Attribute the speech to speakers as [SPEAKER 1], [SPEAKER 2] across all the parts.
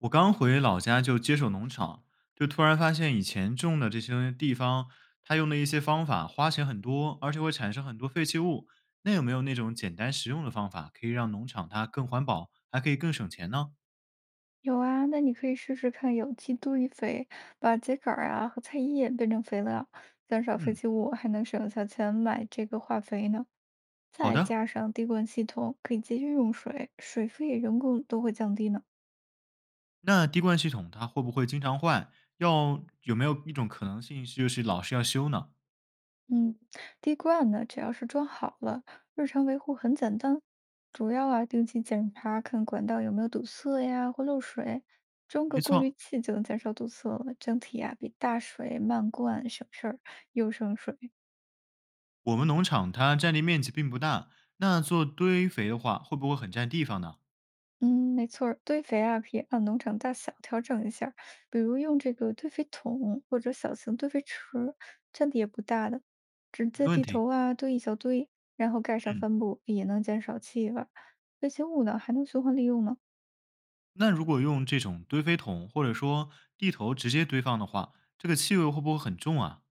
[SPEAKER 1] 我刚回老家就接手农场，就突然发现以前种的这些地方，它用的一些方法花钱很多，而且会产生很多废弃物。那有没有那种简单实用的方法，可以让农场它更环保，还可以更省钱呢？
[SPEAKER 2] 有啊，那你可以试试看有机堆肥，把秸秆儿啊和菜叶变成肥料，减少废
[SPEAKER 1] 嗯，
[SPEAKER 2] 弃物，还能省下钱买这个化肥呢。
[SPEAKER 1] 好
[SPEAKER 2] 再
[SPEAKER 1] 的。
[SPEAKER 2] 加上滴灌系统，可以节约用水，水费、人工都会降低呢。
[SPEAKER 1] 那滴灌系统它会不会经常坏？要有没有一种可能性是就是老是要修呢？
[SPEAKER 2] 嗯，滴灌呢，只要是装好了，日常维护很简单，主要啊定期检查看管道有没有堵塞呀或漏水，装个
[SPEAKER 1] 没
[SPEAKER 2] 过滤
[SPEAKER 1] 错，
[SPEAKER 2] 器就能减少堵塞了。整体啊比大水漫灌省事儿，又省水。
[SPEAKER 1] 我们农场它占地面积并不大，那做堆肥的话会不会很占地方呢？
[SPEAKER 2] 嗯，没错儿，堆肥啊，可以按农场大小调整一下儿，比如用这个堆肥桶或者小型堆肥池，占地也不大的，直
[SPEAKER 1] 没
[SPEAKER 2] 接
[SPEAKER 1] 问
[SPEAKER 2] 地
[SPEAKER 1] 题。
[SPEAKER 2] 头啊堆一小堆，然后盖上
[SPEAKER 1] 嗯。
[SPEAKER 2] 帆布，也能减少气味儿。废弃物呢还能循环利用呢。
[SPEAKER 1] 那如果用这种堆肥桶或者说地头直接堆放的话，这个气味会不会很重啊？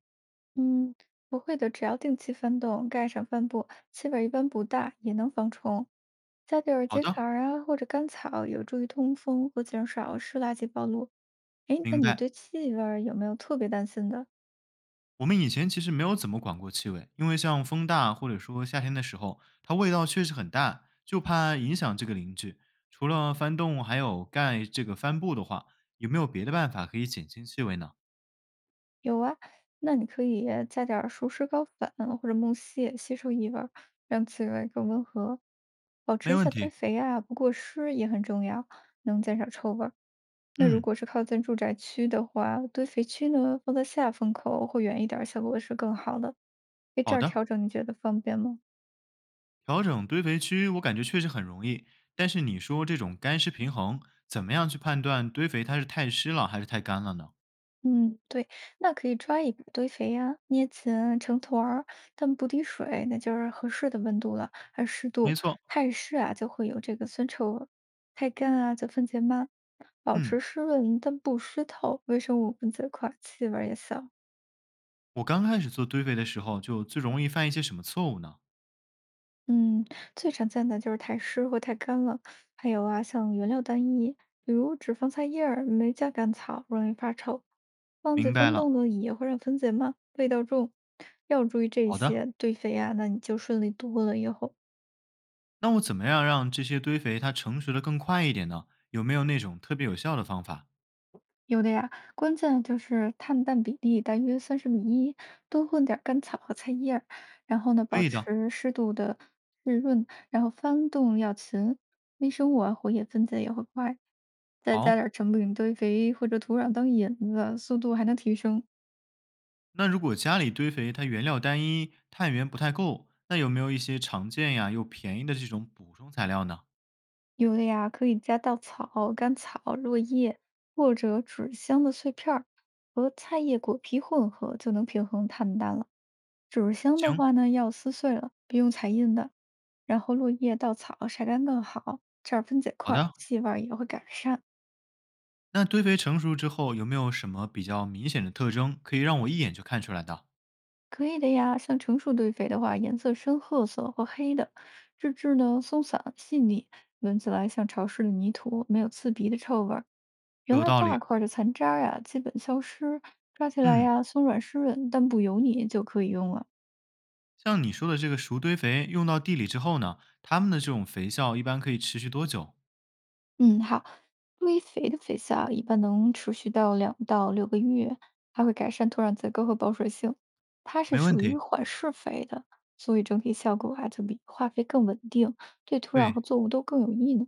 [SPEAKER 2] 嗯，不会的，只要定期翻动，盖上帆布，气味儿一般不大，也能防虫。加点儿
[SPEAKER 1] 好
[SPEAKER 2] 秸秆
[SPEAKER 1] 的，
[SPEAKER 2] 儿啊或者干草，有助于通风和减少湿垃圾暴露。哎，那
[SPEAKER 1] 明
[SPEAKER 2] 你
[SPEAKER 1] 白。
[SPEAKER 2] 对气味儿有没有特别担心的？
[SPEAKER 1] 我们以前其实没有怎么管过气味，因为像风大或者说夏天的时候，它味道确实很大，就怕影响这个邻居。除了翻动还有盖这个帆布的话，有没有别的办法可以减轻气味呢？
[SPEAKER 2] 有啊，那你可以加点儿熟石膏粉或者木屑吸收异味儿，让气味更温和。保持
[SPEAKER 1] 没
[SPEAKER 2] 一
[SPEAKER 1] 问
[SPEAKER 2] 下堆
[SPEAKER 1] 题。
[SPEAKER 2] 肥啊，不过湿也很重要，能减少臭味儿。那如
[SPEAKER 1] 嗯，
[SPEAKER 2] 果是靠近住宅区的话，堆肥区呢放在下风口或远一点儿，效果是更好的。诶，这
[SPEAKER 1] 好
[SPEAKER 2] 儿
[SPEAKER 1] 的。
[SPEAKER 2] 调整你觉得方便吗？
[SPEAKER 1] 调整堆肥区，我感觉确实很容易。但是你说这种干湿平衡，怎么样去判断堆肥它是太湿了还是太干了呢？
[SPEAKER 2] 嗯，对，那可以抓一堆肥啊，捏紧成团儿，但不滴水，那就是合适的温度了，还有湿
[SPEAKER 1] 没
[SPEAKER 2] 度。
[SPEAKER 1] 错，
[SPEAKER 2] 太湿啊，就会有这个酸臭味儿；太干啊，就分解慢。保
[SPEAKER 1] 嗯，
[SPEAKER 2] 持湿润但不湿透，微生物分解快，气味儿也小。
[SPEAKER 1] 我刚开始做堆肥的时候，就最容易犯一些什么错误呢？
[SPEAKER 2] 嗯，最常见的就是太湿或太干了，还有啊，像原料单一，比如只放菜叶儿，没加甘草，容易发臭。忘记
[SPEAKER 1] 明白
[SPEAKER 2] 翻
[SPEAKER 1] 了，
[SPEAKER 2] 动呢，也会让分解慢，味道重。要注意这
[SPEAKER 1] 好的，
[SPEAKER 2] 些，堆肥啊，那你就顺利多了以后。
[SPEAKER 1] 那我怎么样让这些堆肥它成熟的更快一点呢？有没有那种特别有效的方法？
[SPEAKER 2] 有的呀，关键就是碳氮比例大约30:1，多混点儿甘草和菜叶儿，然后呢，
[SPEAKER 1] 可
[SPEAKER 2] 保
[SPEAKER 1] 以的，
[SPEAKER 2] 持适度的湿润，然后翻动要勤，微生物啊活跃分解也会快，再加
[SPEAKER 1] 好。
[SPEAKER 2] 点儿成品堆肥或者土壤当引子，速度还能提升。
[SPEAKER 1] 那如果家里堆肥它原料单一，碳源不太够，那有没有一些常见呀又便宜的这种补充材料呢？
[SPEAKER 2] 有的呀，可以加稻草、干草、落叶或者纸箱的碎片儿和菜叶果皮混合，就能平衡碳氮了。纸箱的
[SPEAKER 1] 行，
[SPEAKER 2] 话呢，要撕碎了，别用彩印的，然后落叶、稻草晒干更好，这样分解
[SPEAKER 1] 好
[SPEAKER 2] 快，
[SPEAKER 1] 的。
[SPEAKER 2] 气味儿也会改善。
[SPEAKER 1] 那堆肥成熟之后，有没有什么比较明显的特征可以让我一眼就看出来的？
[SPEAKER 2] 可以的呀，像成熟堆肥的话，颜色深褐色或黑的，质质呢松散细腻，闻起来像潮湿的泥土，没有刺鼻的臭味儿。原
[SPEAKER 1] 有
[SPEAKER 2] 来
[SPEAKER 1] 道
[SPEAKER 2] 大
[SPEAKER 1] 理，
[SPEAKER 2] 块儿的残渣儿呀，基本消失，抓起来
[SPEAKER 1] 嗯。
[SPEAKER 2] 呀松软湿润，但不油腻就可以用了。
[SPEAKER 1] 像你说的这个熟堆肥用到地里之后呢，它们的这种肥效一般可以持续多久？
[SPEAKER 2] 嗯，好。堆肥的肥皂一般能持续到2到6个月，还会改善土壤结构和保水性。它是
[SPEAKER 1] 没问
[SPEAKER 2] 属于
[SPEAKER 1] 题。
[SPEAKER 2] 缓释肥的，所以整体效果啊就比化肥更稳定，对土壤和
[SPEAKER 1] 对，
[SPEAKER 2] 作物都更有益呢。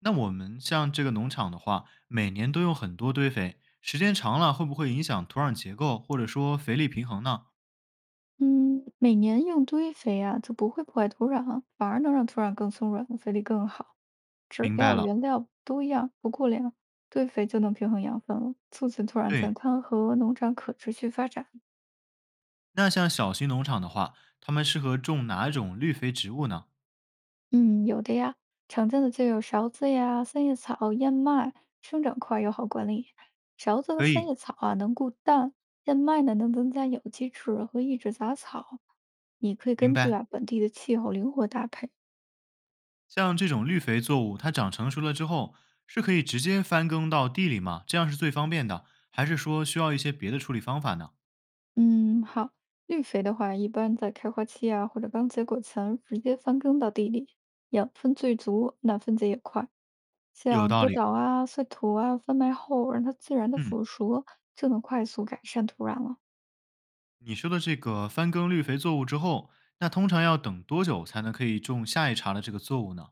[SPEAKER 1] 那我们像这个农场的话，每年都用很多堆肥，时间长了会不会影响土壤结构或者说肥力平衡呢？
[SPEAKER 2] 嗯，每年用堆肥啊，就不会破坏土壤，反而能让土壤更松软，肥力更好。只
[SPEAKER 1] 明白
[SPEAKER 2] 要
[SPEAKER 1] 了。
[SPEAKER 2] 原料多样不过量，堆肥就能平衡养分了，促进土壤健
[SPEAKER 1] 对，
[SPEAKER 2] 康和农场可持续发展。
[SPEAKER 1] 那像小型农场的话，他们适合种哪种绿肥植物呢？
[SPEAKER 2] 嗯，有的呀，常见的就有芍子呀、三叶草、燕麦，生长快又好管理。芍子和
[SPEAKER 1] 可
[SPEAKER 2] 三
[SPEAKER 1] 以，
[SPEAKER 2] 叶草啊能固氮，燕麦呢能增加有机质和抑制杂草。你可以
[SPEAKER 1] 明
[SPEAKER 2] 根据
[SPEAKER 1] 白。
[SPEAKER 2] 啊本地的气候灵活搭配。
[SPEAKER 1] 像这种绿肥作物，它长成熟了之后，是可以直接翻耕到地里吗？这样是最方便的，还是说需要一些别的处理方法呢？
[SPEAKER 2] 嗯，好，绿肥的话一般在开花期啊或者刚结果前直接翻耕到地里，养分最足，那分解也快。
[SPEAKER 1] 有
[SPEAKER 2] 像
[SPEAKER 1] 道
[SPEAKER 2] 割
[SPEAKER 1] 理，
[SPEAKER 2] 稻啊、碎土啊、翻埋后，让它自然的
[SPEAKER 1] 嗯，
[SPEAKER 2] 腐熟，就能快速改善土壤了。
[SPEAKER 1] 你说的这个翻耕绿肥作物之后，那通常要等多久才能可以种下一茬的这个作物呢？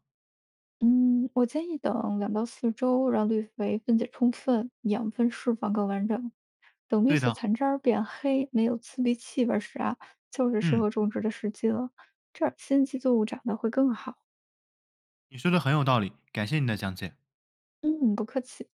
[SPEAKER 2] 嗯，我建议等2到4周，让绿肥分解充分，养分释放更完整。等绿
[SPEAKER 1] 对
[SPEAKER 2] 色
[SPEAKER 1] 的，
[SPEAKER 2] 残渣儿变黑，没有刺鼻气味儿时啊，就是适
[SPEAKER 1] 嗯，
[SPEAKER 2] 合种植的时机了。这样新奇作物长得会更好。
[SPEAKER 1] 你说的很有道理，感谢你的讲解。
[SPEAKER 2] 嗯，不客气。